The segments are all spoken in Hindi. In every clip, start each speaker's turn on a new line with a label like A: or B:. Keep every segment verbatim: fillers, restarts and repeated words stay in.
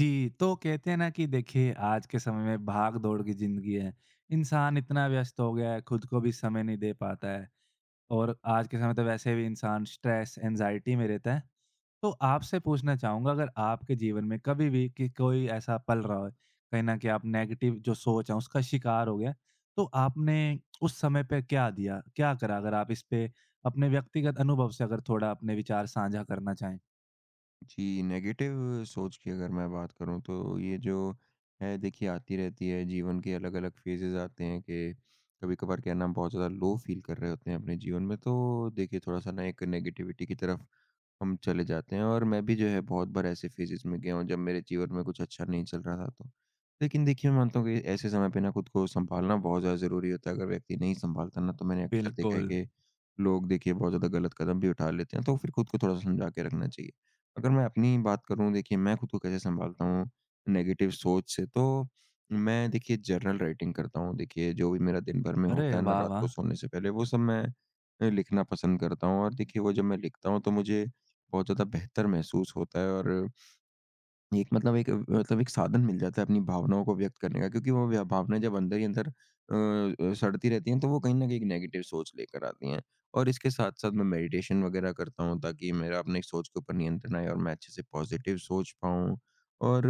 A: जी, तो कहते हैं ना कि देखिए आज के समय में भाग-दौड़ की ज़िंदगी है। इंसान इतना व्यस्त हो गया है, खुद को भी समय नहीं दे पाता है और आज के समय तो वैसे भी इंसान स्ट्रेस, एंग्ज़ायटी में रहता है। तो आपसे पूछना चाहूँगा अगर आपके जीवन में कभी भी कि कोई ऐसा पल रहा हो, कहीं न कहीं आप नेगेटिव जो सोच है उसका शिकार हो गए, तो आपने उस समय पे क्या दिया? क्या करा? अगर आप इस पे अपने व्यक्तिगत अनुभव से अगर थोड़ा अपने विचार साझा करना चाहें?
B: जी, नेगेटिव सोच की अगर मैं बात करूँ तो ये जो है देखिए आती रहती है। जीवन के अलग-अलग फ़ेजेज़ आते हैं कि कभी-कभार क्या है ना हम बहुत ज़्यादा लो फ़ील कर रहे होते हैं अपने जीवन में, तो देखिए थोड़ा-सा ना एक नेगेटिविटी की तरफ हम चले जाते हैं और मैं भी जो है बहुत बार ऐसे फेजेस में गया हूँ जब मेरे जीवन में कुछ अच्छा नहीं चल रहा था तो। लेकिन देखिए मैं मानता हूँ कि ऐसे समय पे ना खुद को सँभालना बहुत ज़्यादा ज़रूरी होता है। अगर व्यक्ति नहीं सँभालता ना तो मैंने अक्सर देखा है
A: बिल्कुल।
B: कि लोग देखिए बहुत ज़्यादा गलत कदम भी उठा लेते हैं, तो फिर खुद को थोड़ा-सा समझा के रखना चाहिए। अगर मैं अपनी बात करूँ, देखिए मैं खुद को कैसे सँभालता हूँ नेगेटिव सोच से, तो मैं देखिए जर्नल राइटिंग करता हूँ। देखिए जो भी मेरा दिन भर में
A: अरे
B: होता है ना
A: वाह,
B: रात को
A: वाह!
B: सोने से पहले वो सब मैं अ, लिखना पसंद करता हूँ। और देखिए वो जब मैं लिखता हूँ तो मुझे बहुत ज़्यादा बेहतर महसूस होता है और एक मतलब एक मतलब एक साधन मिल जाता है अपनी भावनाओं को व्यक्त करने का, क्योंकि वो व्या- भावनाएं जब अंदर ही अंदर अ, अ, सड़ती रहती हैं तो वो कहीं ना कहीं एक नेगेटिव सोच लेकर आती हैं। और इसके साथ साथ मैं मेडिटेशन वगैरह करता हूँ ताकि मेरा अपने सोच के ऊपर नियंत्रण आए और मैं अच्छे से पॉजिटिव सोच पाऊँ। और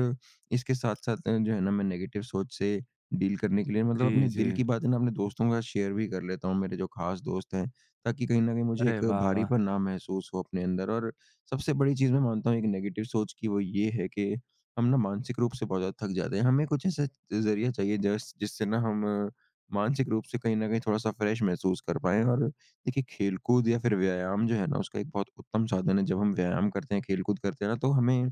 B: इसके साथ साथ अ, जो है ना मैं नेगेटिव सोच से डील करने के लिए मतलब
A: जी,
B: अपने
A: जी।
B: दिल की बातें ना अपने दोस्तों के साथ शेयर भी कर लेता हूँ, मेरे जो खास दोस्त हैं, ताकि कहीं ना कहीं मुझे
A: अरे
B: एक
A: वाह, वाह!
B: भारीपन ना महसूस हो अपने अंदर। और सबसे बड़ी चीज़ मैं मानता हूँ एक नेगेटिव सोच की वो ये है कि हम ना मानसिक रूप से बहुत ज़्यादा थक जाते हैं। हमें कुछ ऐसा ज़रिया चाहिए जस जिससे ना हम अ, मानसिक रूप से कहीं न कहीं थोड़ा-सा फ्रेश महसूस कर पाएँ, और देखिए खेलकूद या फिर व्यायाम जो है ना उसका एक बहुत उत्तम साधन है। जब हम व्यायाम करते हैं, खेलकूद करते हैं ना, तो हमें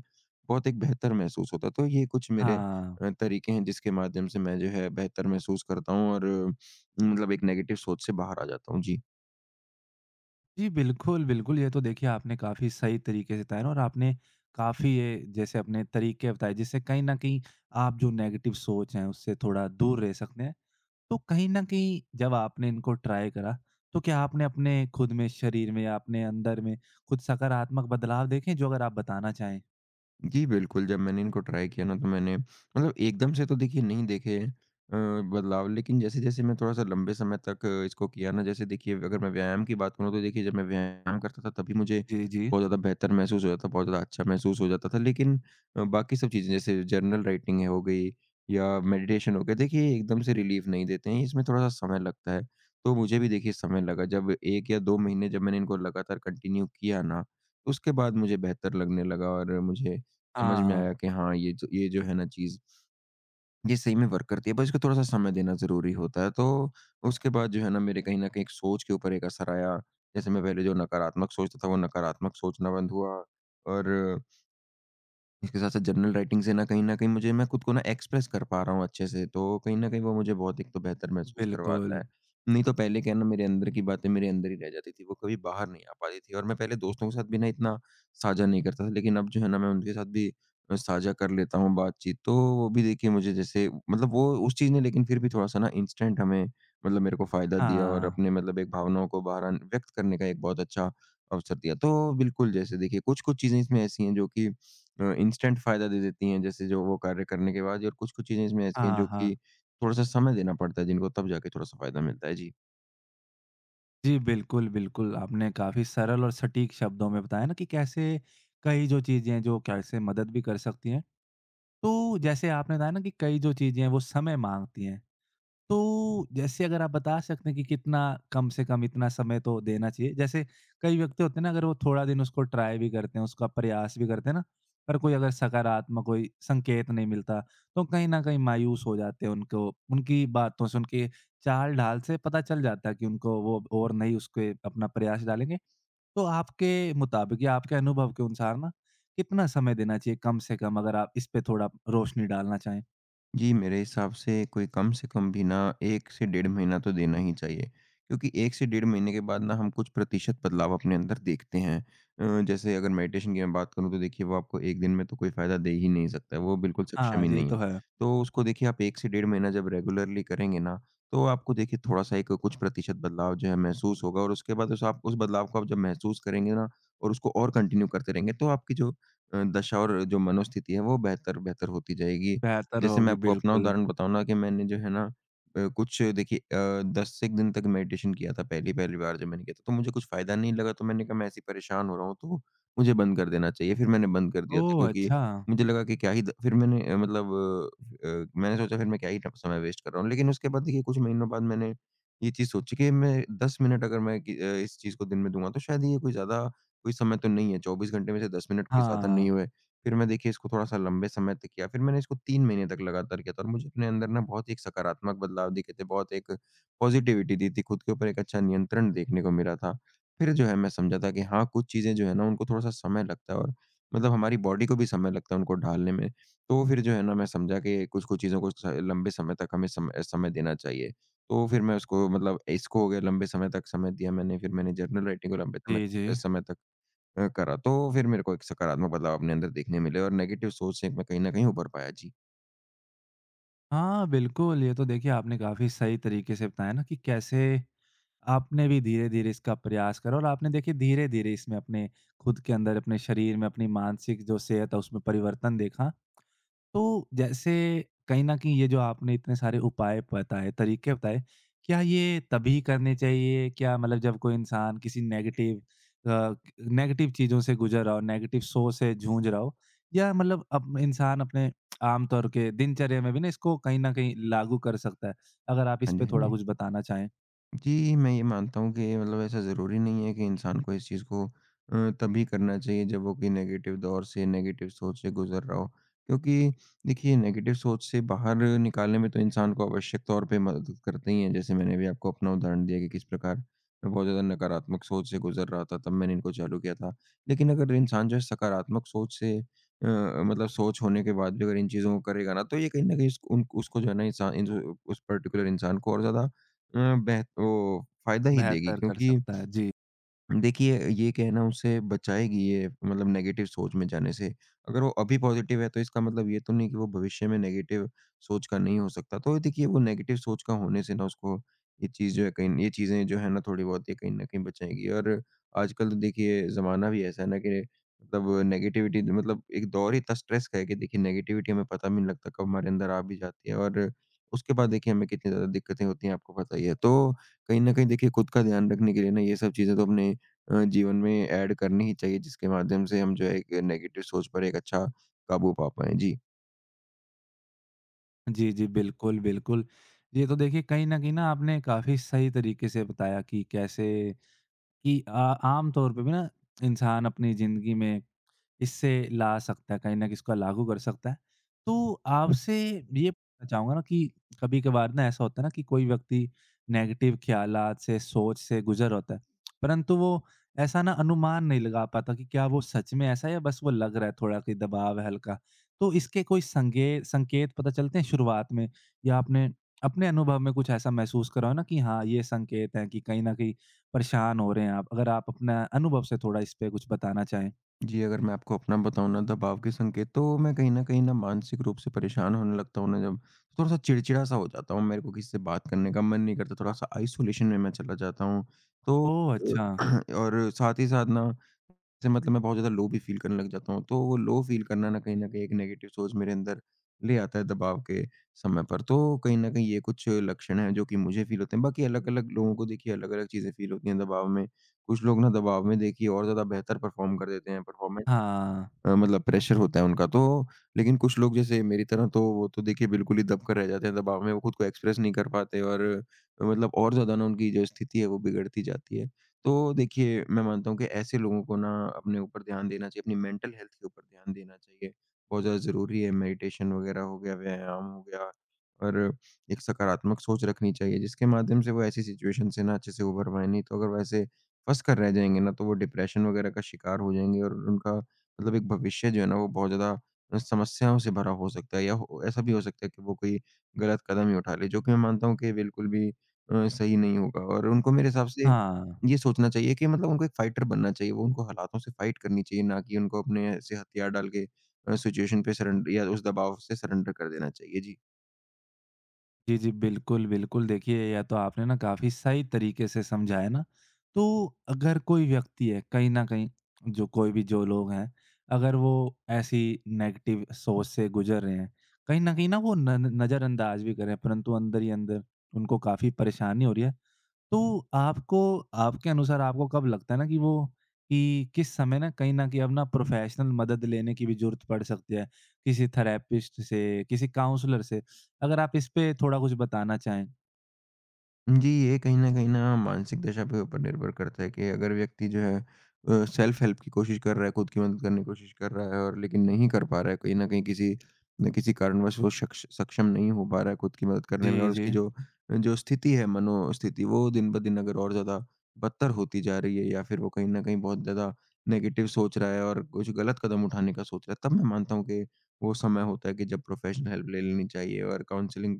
B: बहुत एक बेहतर महसूस होता है। तो ये कुछ मेरे
A: हाँ।
B: अ, तरीके हैं जिसके माध्यम से मैं जो है बेहतर महसूस करता हूँ और अ, मतलब एक नेगेटिव सोच से बाहर आ जाता हूँ। जी।
A: जी, बिल्कुल, बिल्कुल, ये तो देखिए आपने काफ़ी सही तरीके से बताया ना और आपने काफ़ी ये जैसे अपने तरीके बताए जिससे कहीं न कहीं आप जो नेगेटिव सोच है उससे थोड़ा दूर रह सकते हैं। तो कहीं न कहीं जब आपने इनको ट्राई करा, तो क्या आपने अपने खुद में शरीर में या अपने अंदर में कुछ सकारात्मक बदलाव देखे जो अगर आप बताना चाहें?
B: जी, बिल्कुल, जब मैंने इनको ट्राई किया ना, तो मैंने मतलब एकदम से तो देखिए नहीं देखे अ, बदलाव, लेकिन जैसे-जैसे मैं थोड़ा-सा लंबे समय तक अ, इसको किया ना, जैसे देखिए अगर मैं व्यायाम की बात करूँ तो देखिए जब मैं व्यायाम करता था तभी मुझे
A: जी, जी।
B: बहुत ज़्यादा बेहतर महसूस हो जाता, बहुत ज़्यादा अच्छा महसूस हो जाता था। लेकिन अ, बाकी सब चीज़ें जैसे जर्नल राइटिंग है हो गई या मेडिटेशन हो गया, देखिए एकदम से रिलीफ़ नहीं देते हैं, इसमें थोड़ा-सा समय लगता है। तो मुझे भी देखिए समय लगा। जब एक या दो महीने जब मैंने इनको लगातार कंटिन्यू किया ना, उसके बाद मुझे बेहतर लगने लगा और मुझे समझ में
A: हाँ,
B: आया कि हाँ, ये जो ये जो है ना चीज़, ये सही में वर्क करती है, बस इसको थोड़ा-सा समय देना ज़रूरी होता है। तो उसके बाद जो है ना मेरे कहीं न कहीं एक सोच के ऊपर एक असर आया। जैसे मैं पहले जो नकारात्मक सोचता था, वो नकारात्मक सोचना बंद हुआ, और इसके साथ-साथ जर्नल राइटिंग से ना कहीं न कहीं मुझे मैं खुद को ना एक्सप्रेस कर पा रहा हूँ अच्छे से, तो कहीं न कहीं वो मुझे बहुत एक तो बेहतर महसूस करवाता
A: बिल्कुल।
B: है। नहीं तो पहले क्या है ना, मेरे अंदर की बातें मेरे अंदर ही रह जाती थी, वो कभी बाहर नहीं आ पाती थी, और मैं पहले दोस्तों के साथ भी ना इतना साझा नहीं करता था, लेकिन अब जो है ना मैं उनके साथ भी अ, साझा कर लेता हूँ बातचीत, तो वो भी देखिए मुझे जैसे मतलब वो उस चीज़ ने लेकिन फिर भी थोड़ा-सा ना इंस्टेंट हमें मतलब मेरे को फ़ायदा दिया और
A: हाँ,
B: अपने मतलब एक भावनाओं को बाहर आन- व्यक्त करने का एक बहुत अच्छा अवसर दिया। तो बिल्कुल, जैसे देखिए कुछ-कुछ चीज़ें इसमें ऐसी हैं जो कि अ, इंस्टेंट फ़ायदा दे देती हैं, जैसे जो वो कार्य करने के बाद ही, और कुछ-कुछ चीज़ें इसमें ऐसी हैं
A: हाँ,
B: जो कि
A: हाँ।
B: थोड़ा-सा समय देना पड़ता है जिनको, तब जाके थोड़ा-सा फ़ायदा मिलता है। जी।
A: जी, बिल्कुल, बिल्कुल। आपने काफ़ी सरल और सटीक शब्दों में बताया ना कि कैसे कई जो चीज़ें हैं, जो कैसे मदद भी कर सकती हैं। तो जैसे आपने बताया ना कि कई जो चीज़ें हैं, वो समय माँगती हैं। तो जैसे अगर आप बता सकते हैं कि कितना कम से कम इतना समय तो देना चाहिए। जैसे कई व्यक्ति होते हैं ना अगर वो थोड़ा दिन उसको ट्राई भी करते हैं, उसका प्रयास भी करते हैं ना, पर कोई अगर सकारात्मक कोई संकेत नहीं मिलता, तो कहीं न कहीं मायूस हो जाते हैं उनको उनकी बातों से, उनके चाल-ढाल से पता चल जाता है कि उनको वो और नहीं उसके अपना प्रयास डालेंगे। तो आपके मुताबिक या आपके अनुभव के अनुसार ना कितना समय देना चाहिए कम से कम अगर आप इस पे थोड़ा रोशनी डालना चाहें?
B: जी, मेरे हिसाब से कोई कम से कम भी ना एक से डेढ़ महीना तो देना ही चाहिए। क्योंकि एक से डेढ़ महीने के बाद ना हम कुछ प्रतिशत बदलाव अपने अंदर देखते हैं। अ, जैसे अगर मेडिटेशन की मैं बात करूँ, तो देखिए वो आपको एक दिन में तो कोई फ़ायदा दे ही नहीं सकता है, वो बिल्कुल सक्षम
A: हाँ,
B: ही
A: ये
B: नहीं
A: तो
B: है।
A: है।
B: तो उसको देखिए आप एक से डेढ़ महीना जब रेगुलरली करेंगे ना, तो आपको देखिए थोड़ा-सा एक कुछ प्रतिशत बदलाव जो है महसूस होगा, और उसके बाद उस आप उस बदलाव को आप जब महसूस करेंगे ना और उसको और कंटिन्यू करते रहेंगे, तो आपकी जो अ, दशा और जो मनोस्थिति है वो बेहतर-बेहतर होती जाएगी।
A: बेहतर
B: जैसे मैं
A: होगी,
B: आपको अपना
A: बिल्कुल।
B: उदाहरण बताऊँ ना कि मैंने जो है ना अ, कुछ देखिए अ, दस एक दिन तक मेडिटेशन किया था पहली-पहली बार जब मैंने किया था, तो मुझे कुछ फ़ायदा नहीं लगा, तो मैंने कहा मैं ऐसे ही परेशान हो रहा हूँ, तो मुझे बंद कर देना चाहिए। फिर मैंने बंद कर दिया था,
A: ओह!
B: क्योंकि
A: अच्छा।
B: मुझे लगा कि क्या ही द फिर मैंने अ, मतलब अ अ, मैंने सोचा फिर मैं क्या ही ट समय वेस्ट कर रहा हूँ। लेकिन उसके बाद देखिए कुछ महीनों बाद मैंने ये चीज़ सोची कि मैं दस मिनट अगर मैं कि अ, इस चीज़ को दिन में दूँगा, तो शायद ये कोई ज़्यादा कोई समय तो नहीं है, चौबीस घंटे में से दस मिनट कोई ज़्यादा
A: हाँ।
B: नहीं हुए। फिर मैं देखिए इसको थोड़ा-सा लंबे समय तक किया, फिर मैंने इसको तीन महीने तक लगातार किया था और मुझे अपने अंदर ना बहुत ही एक सकारात्मक बदलाव दिखे थे, बहुत एक पॉज़िटिविटी दी थी, खुद के ऊपर एक अच्छा नियंत्रण देखने को मिला था। फिर जो है मैं समझा था कि हाँ, कुछ चीज़ें जो है ना उनको थोड़ा-सा समय लगता है, और मतलब हमारी बॉडी को भी समय लगता है उनको ढालने में। तो फिर जो है ना मैं समझा कि कुछ-कुछ चीज़ों को स लंबे समय तक हमें समय समय देना चाहिए। तो फिर मैं उसको मतलब इसको हो गया लंबे समय तक समय दिया मैंने, फिर मैंने जर्नल राइटिंग को लंबे समय
A: जी, जी।
B: समय तक अ, करा, तो फिर मेरे को एक सकारात्मक बदलाव अपने अंदर देखने मिले और नेगेटिव सोच से मैं कहीं न कहीं उभर पाया। जी।
A: हाँ, बिल्कुल, ये तो देखिए आपने काफ़ी सही तरीके से बताया ना कि कैसे आपने भी धीरे-धीरे इसका प्रयास करा और आपने देखिए धीरे-धीरे इसमें अपने खुद के अंदर, अपने शरीर में, अपनी मानसिक जो सेहत है उसमें परिवर्तन देखा। तो जैसे कहीं न कहीं ये जो आपने इतने सारे उपाय बताए, तरीके बताए, क्या ये तभी करने चाहिए? क्या मतलब जब कोई इंसान किसी नेगेटिव अ, नेगेटिव चीज़ों से गुज़र रहा हो, नेगेटिव सोच से जूझ रहा हो या मतलब अप इंसान अपने आम तौर के दिनचर्या में भी ना इसको कहीं न कहीं लागू कर सकता है? अगर आप इस
B: हाँ
A: पे
B: जी, हाँ
A: थोड़ा
B: जी।
A: कुछ बताना चाहें,
B: जी, मैं ये मानता हूँ कि मतलब ऐसा ज़रूरी नहीं है कि इंसान को इस चीज़ को अ, तभी करना चाहिए जब वो कोई नेगेटिव दौर से, नेगेटिव सोच से गुज़र रहा हो। क्योंकि देखिए नेगेटिव सोच से बाहर निकालने में तो इंसान को आवश्यक तौर पे मदद करते ही हैं। जैसे मैंने भी आपको अपना उदाहरण दिया कि किस प्रकार मैं बहुत ज़्यादा नकारात्मक सोच से गुज़र रहा था, तब मैंने इनको चालू किया था। लेकिन अगर इंसान जो है सकारात्मक सोच से अ, मतलब सोच होने के बाद भी अगर इन चीज़ों को करेगा ना, तो ये कहीं न कहीं इसक उन उसको जो है ना इंसान इन जो उस पर्टिकुलर इंसान को और ज़्यादा अ, बेह वो फ़ायदा ही देगी,
A: बेहतर कर
B: क्योंकि
A: सकता है। जी।
B: देखिए, ये कहना उसे बचाएगी, ये मतलब नेगेटिव सोच में जाने से। अगर वो अभी पॉज़िटिव है तो इसका मतलब ये तो नहीं कि वो भविष्य में नेगेटिव सोच का नहीं हो सकता। तो देखिए वो नेगेटिव सोच का होने से ना उसको ये चीज़ जो है कहीं ये चीज़ें जो है ना थोड़ी बहुत ये कहीं न कहीं बचाएँगी। और आजकल तो देखिए ज़माना भी ऐसा है ना कि मतलब नेगेटिविटी मतलब एक दौर ही इतना स्ट्रेस का है कि देखिए नेगेटिविटी हमें पता भी नहीं लगता कब हमारे अंदर आ भी जाती है। और उसके बाद देखिए हमें कितनी ज़्यादा दिक्कतें होती हैं, आपको पता ही है। तो कहीं न कहीं देखिए खुद का ध्यान रखने के लिए ना ये सब चीज़ें तो अपने अ, जीवन में ऐड करनी ही चाहिए, जिसके माध्यम से हम जो है एक नेगेटिव सोच पर एक अच्छा काबू पा पाएँ? जी।
A: जी, जी, बिल्कुल, बिल्कुल। ये तो देखिए कहीं न कहीं ना आपने काफ़ी सही तरीके से बताया कि कैसे कि अ, आम तौर पे भी ना इंसान अपनी ज़िंदगी में इससे ला सकता है, कहीं न कहीं इसको लागू कर सकता है। तो आपसे ये पूछना चाहूँगा ना कि कभी-कभार ना ऐसा होता है ना कि कोई व्यक्ति नेगेटिव ख़्यालात से, सोच से गुज़र होता है, परंतु वो ऐसा ना अनुमान नहीं लगा पाता कि क्या वो सच में ऐसा है या बस वो लग रहा है थोड़ा कि दबाव है हल्का। तो इसके कोई संगे संकेत पता चलते हैं शुरुआत में या आपने अपने अनुभव में कुछ ऐसा महसूस करा हो ना कि हाँ, ये संकेत हैं कि कहीं न कहीं परेशान हो रहे हैं आप? अगर आप अपना अनुभव से थोड़ा इस पे कुछ बताना चाहें।
B: जी, अगर मैं आपको अपना बताऊँ ना दबाव के संकेत, तो मैं कहीं न कहीं ना मानसिक रूप से परेशान होने लगता हूँ ना जब, थोड़ा-सा चिड़चिड़ा सा हो जाता हूँ, मेरे को किसी से बात करने का मन नहीं करता, थोड़ा-सा आइसोलेशन में मैं चला जाता हूँ। तो
A: ओह! अच्छा।
B: अ, और साथ ही साथ ना से मतलब मैं बहुत ज़्यादा लो भी फ़ील करने लग जाता हूँ, तो वो लो फ़ील करना ना कहीं न कहीं एक नेगेटिव सोच मेरे अंदर ले आता है दबाव के समय पर। तो कहीं न कहीं ये कुछ लक्षण हैं जो कि मुझे फ़ील होते हैं। बाकी अलग-अलग लोगों को देखिए अलग-अलग चीज़ें फ़ील होती हैं दबाव में। कुछ लोग ना दबाव में देखिए और ज़्यादा बेहतर परफ़ॉर्म कर देते हैं, परफॉर्मेंस
A: हाँ,
B: अ, मतलब प्रेशर होता है उनका, तो लेकिन कुछ लोग जैसे मेरी तरह, तो वो तो देखिए बिल्कुल ही दबकर रह जाते हैं दबाव में, वो खुद को एक्सप्रेस नहीं कर पाते और अ, मतलब और ज़्यादा ना उनकी जो स्थिति है वो बिगड़ती जाती है। तो देखिए मैं मानता हूँ कि ऐसे लोगों को ना अपने ऊपर ध्यान देना चाहिए, अपनी मेंटल हेल्थ के ऊपर ध्यान देना चाहिए। बहुत ज़्यादा ज़रूरी है, मेडिटेशन वगैरह हो गया, व्यायाम हो गया और एक सकारात्मक सोच रखनी चाहिए जिसके माध्यम से वो ऐसी सिचुएशन से ना अच्छे से उभर पाएँ। नहीं तो अगर वैसे फँस कर रह जाएँगे ना, तो वो डिप्रेशन वगैरह का शिकार हो जाएँगे और उनका मतलब एक भविष्य जो है ना वो बहुत ज़्यादा अ, समस्याओं से भरा हो सकता है, या हो ऐसा भी हो सकता है कि वो कोई गलत कदम ही उठा ले, जो कि मैं मानता हूँ कि बिल्कुल भी अ, सही नहीं होगा और उनको मेरे हिसाब से
A: हाँ।
B: ये सोचना चाहिए कि मतलब उनको एक फाइटर बनना चाहिए, वो उनको हालातों से फाइट करनी चाहिए, ना कि उनको अपने ऐसे हथियार डाल के अ, सिचुएशन पे सरेंडर या उस दबाव से सरेंडर कर देना चाहिए। जी।
A: जी, जी, बिल्कुल, बिल्कुल। देखिए, यह तो आपने ना काफ़ी सही तरीके से समझाया ना। तो अगर कोई व्यक्ति है, कहीं न कहीं जो कोई भी जो लोग हैं, अगर वो ऐसी नेगेटिव सोच से गुज़र रहे हैं, कहीं न कहीं ना वो न न नज़रअंदाज़ भी कर रहे हैं, परंतु अंदर ही अंदर उनको काफ़ी परेशानी हो रही है। तो आपको आपके अनुसार आपको कब लगता है ना कि वो कि किस समय ना कहीं न कहीं अब ना प्रोफ़ेशनल मदद लेने की भी ज़रूरत पड़ सकती है, किसी थेरेपिस्ट से, किसी काउंसलर से? अगर आप इस पे थोड़ा कुछ बताना चाहें।
B: जी, ये कहीं न कहीं ना मानसिक दशा पे ऊपर निर्भर करता है कि अगर व्यक्ति जो है अ, सेल्फ हेल्प की कोशिश कर रहा है, खुद की मदद करने की कोशिश कर रहा है और लेकिन नहीं कर पा रहा है, कहीं न कहीं किसी न किसी कारणवश वो शक्ष सक्षम नहीं हो पा रहा है खुद की मदद करने में,
A: जी,
B: और उसकी
A: जी।
B: जो जो स्थिति है, मनोस्थिति, वो दिन-ब-दिन अगर और ज़्यादा बदतर होती जा रही है या फिर वो कहीं न कहीं बहुत ज़्यादा नेगेटिव सोच रहा है और कुछ गलत कदम उठाने का सोच रहा है, तब मैं मानता हूँ कि वो समय होता है कि जब प्रोफ़ेशनल हेल्प ले लेनी चाहिए और काउंसलिंग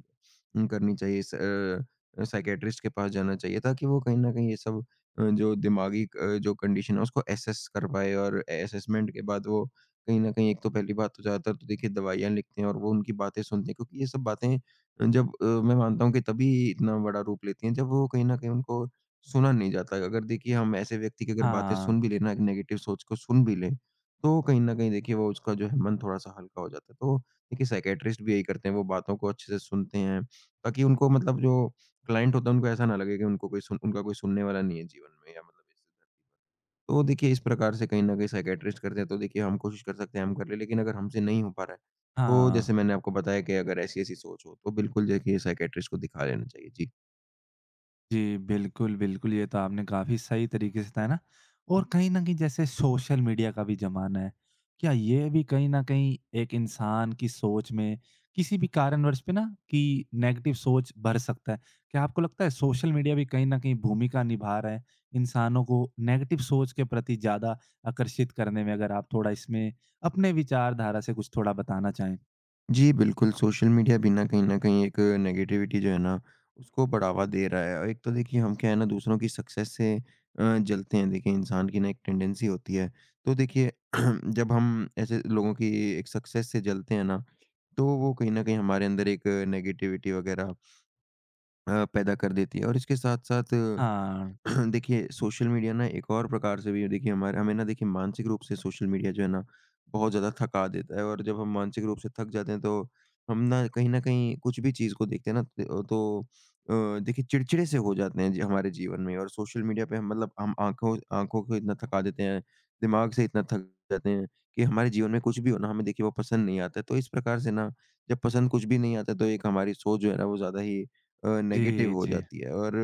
B: उम, करनी चाहिए। स अ अ, साइकियाट्रिस्ट के पास जाना चाहिए ताकि वो कहीं न कहीं ये सब अ, जो दिमागी अ, जो कंडीशन है उसको असेस कर पाए और असेसमेंट के बाद वो कहीं न कहीं, एक तो पहली बात तो ज़्यादातर तो देखिए दवाइयाँ लिखते हैं और वो उनकी बातें सुनते हैं, क्योंकि ये सब बातें अ, जब अ, मैं मानता हूँ कि तभी इतना बड़ा रूप लेती हैं जब वो कहीं न कहीं उनको सुना नहीं जाता है। अगर देखिए हम ऐसे व्यक्ति की अगर बातें
A: हाँ,
B: सुन भी लें ना, एक नेगेटिव सोच को सुन भी लें, तो कहीं न कहीं देखिए वो उसका जो है मन थोड़ा-सा हल्का हो जाता है। तो देखिए साइकियाट्रिस्ट भी यही करते हैं, वो बातों को अच्छे से सुनते हैं ताकि उनको मतलब जो क्लाइंट होता है उनको ऐसा ना लगे कि उनको कोई सुन उनका कोई सुनने वाला नहीं है जीवन में या मतलब इस धरती पर। तो देखिए इस प्रकार से कहीं न कहीं साइकियाट्रिस्ट करते हैं, तो देखिए हम कोशिश कर सकते हैं हम कर लें, लेकिन अगर हमसे नहीं हो पा रहा है, तो जैसे
A: हाँ।
B: मैंने आपको बताया कि अगर ऐसी-ऐसी सोच हो, तो बिल्कुल देखिए साइकियाट्रिस्ट को दिखा लेना चाहिए। जी।
A: जी, बिल्कुल, बिल्कुल, ये तो आपने काफ़ी सही तरीके से बताया ना और कहीं न कहीं जैसे सोशल मीडिया का भी ज़माना है, क्या ये भी कहीं न कहीं एक इंसान की सोच में किसी भी कारणवश पे ना कि नेगेटिव सोच भर सकता है? क्या आपको लगता है सोशल मीडिया भी कहीं न कहीं भूमिका निभा रहा है, इंसानों को नेगेटिव सोच के प्रति ज़्यादा आकर्षित करने में? अगर आप थोड़ा इसमें अपने विचारधारा से कुछ थोड़ा बताना चाहें।
B: जी, बिल्कुल, सोशल मीडिया भी ना कहीं न कहीं एक नेगेटिविटी जो है ना, उसको बढ़ावा दे रहा है। और एक तो देखिए हम क्या है ना दूसरों की सक्सेस से अ, जलते हैं। देखिए इंसान की ना एक टेंडेंसी होती है। तो देखिए जब हम ऐसे लोगों की एक सक्सेस से जलते हैं ना, तो वो कहीं न कहीं हमारे अंदर एक नेगेटिविटी वग़ैरह अ, पैदा कर देती है और इसके साथ-साथ
A: हाँ।
B: देखिए सोशल मीडिया ना एक और प्रकार से भी देखिए हमारे हमें ना देखिए मानसिक रूप से सोशल मीडिया जो है ना बहुत ज़्यादा थका देता है और जब हम मानसिक रूप से थक जाते हैं, तो हम ना कहीं न कहीं कुछ भी चीज़ को देखते हैं ना, तो तो अ, देखिए चिड़चिड़े से हो जाते हैं जी हमारे जीवन में, और सोशल मीडिया पे हम मतलब हम आँखों आँखों को इतना थका देते हैं, दिमाग से इतना थक जाते हैं कि हमारे जीवन में कुछ भी हो ना, हमें देखिए वो पसंद नहीं आता है। तो इस प्रकार से ना जब पसंद कुछ भी नहीं आता है तो एक हमारी सोच जो है ना वो ज़्यादा ही अ, नेगेटिव
A: जी,
B: हो
A: जी।
B: जाती है और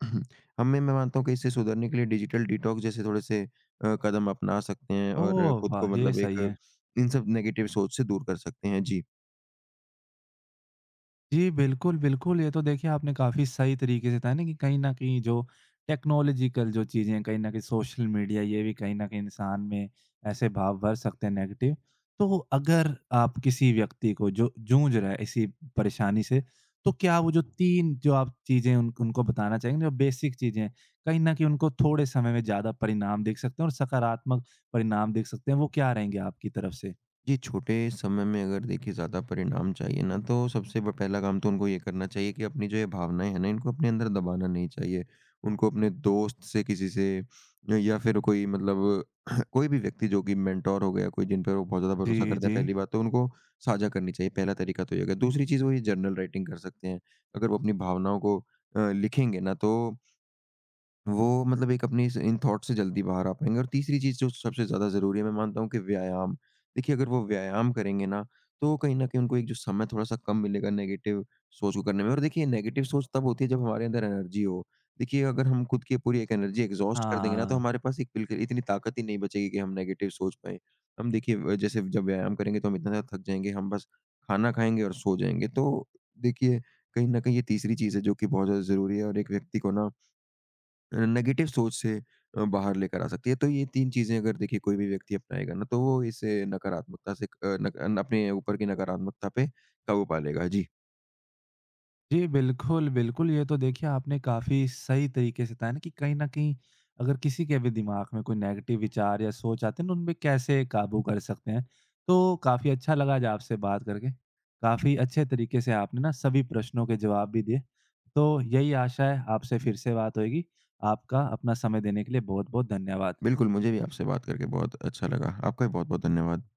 B: हमें, मैं मानता हूँ कि इससे सुधरने के लिए डिजिटल डिटॉक्स जैसे थोड़े से अ, कदम अपना सकते हैं और
A: ओह
B: खुद
A: वाह!
B: को
A: ये
B: मतलब
A: सही
B: एक
A: है।
B: इन सब नेगेटिव सोच से दूर कर सकते हैं। जी।
A: जी, बिल्कुल, बिल्कुल। ये तो देखिए आपने काफ़ी सही तरीके से बताया ना कि कहीं न कहीं जो टेक्नोलॉजिकल जो चीज़ें हैं, कहीं न कहीं सोशल मीडिया ये भी कहीं न कहीं इंसान में ऐसे भाव भर सकते हैं नेगेटिव। तो अगर आप किसी व्यक्ति को जो जूझ रहा है इसी परेशानी से, तो क्या वो जो तीन जो आप चीज़ें उन उनको बताना चाहेंगे जो बेसिक चीज़ें हैं, कहीं न कहीं उनको थोड़े समय में ज़्यादा परिणाम दिख सकते हैं और सकारात्मक परिणाम दिख सकते हैं, वो क्या रहेंगे आपकी तरफ से?
B: जी, छोटे समय में अगर देखिए ज़्यादा परिणाम चाहिए ना, तो सबसे ब पहला काम तो उनको ये करना चाहिए कि अपनी जो ये भावनाएँ हैं ना इनको अपने अंदर दबाना नहीं चाहिए। उनको अपने दोस्त से किसी से या फिर कोई मतलब कोई भी व्यक्ति जो कि मेंटोर हो गया, कोई जिन पर वो बहुत ज़्यादा भरोसा
A: जी,
B: करते हैं,
A: जी।
B: पहली बात तो उनको साझा करनी चाहिए, पहला तरीका तो ये हो गया। दूसरी चीज़, वो ये जर्नल राइटिंग कर सकते हैं। अगर वो अपनी भावनाओं को अ, लिखेंगे ना तो वो मतलब एक अपनी इस इन थॉट से जल्दी बाहर आ पाएँगे, और तीसरी चीज़ जो सबसे ज़्यादा ज़रूरी है मैं मानता हूँ, कि व्यायाम। देखिए अगर वो व्यायाम करेंगे ना, तो कहीं न कहीं उनको एक जो समय थोड़ा-सा कम मिलेगा नेगेटिव सोच को करने में, और देखिए नेगेटिव सोच तब होती है जब हमारे अंदर एनर्जी हो। देखिए अगर हम खुद की पूरी एक एनर्जी एग्ज़ॉस्ट कर देंगे ना, तो
A: हाँ।
B: हमारे पास एक बिल्कुल इतनी ताकत ही नहीं बचेगी कि हम नेगेटिव सोच पाएँ। हम देखिए अ, जैसे जब व्यायाम करेंगे तो हम इतना ज़्यादा थक जाएँगे, हम बस खाना खाएँगे और सो जाएँगे। तो देखिए कहीं न कहीं ये तीसरी चीज़ है जो कि बहुत ज़्यादा ज़रूरी है और एक व्यक्ति को ना नेगेटिव सोच से अ, बाहर लेकर आ सकती है। तो ये तीन चीज़ें अगर देखिए कोई भी व्यक्ति अपनाएगा ना, तो वो इस अ, नकारात्मकता से अ, नक अन अपने ऊपर की नकारात्मकता पे काबू पा लेगा। जी,
A: जी, बिल्कुल, बिल्कुल। ये तो देखिए आपने काफ़ी सही तरीके से बताया ना कि कहीं न कहीं अगर किसी के भी दिमाग में कोई नेगेटिव विचार या सोच आते हैं, तो उनपे कैसे काबू कर सकते हैं। तो काफ़ी अच्छा लगा आज आपसे बात करके। काफ़ी अच्छे तरीके से आपने ना सभी प्रश्नों के जवाब भी दिए। तो यही आशा है आपसे फिर से बात होएगी। आपका अपना समय देने के लिए बहुत-बहुत धन्यवाद।
B: बिल्कुल मुझे भी आपसे बात करके बहुत अच्छा लगा। आपका भी बहुत-बहुत धन्यवाद।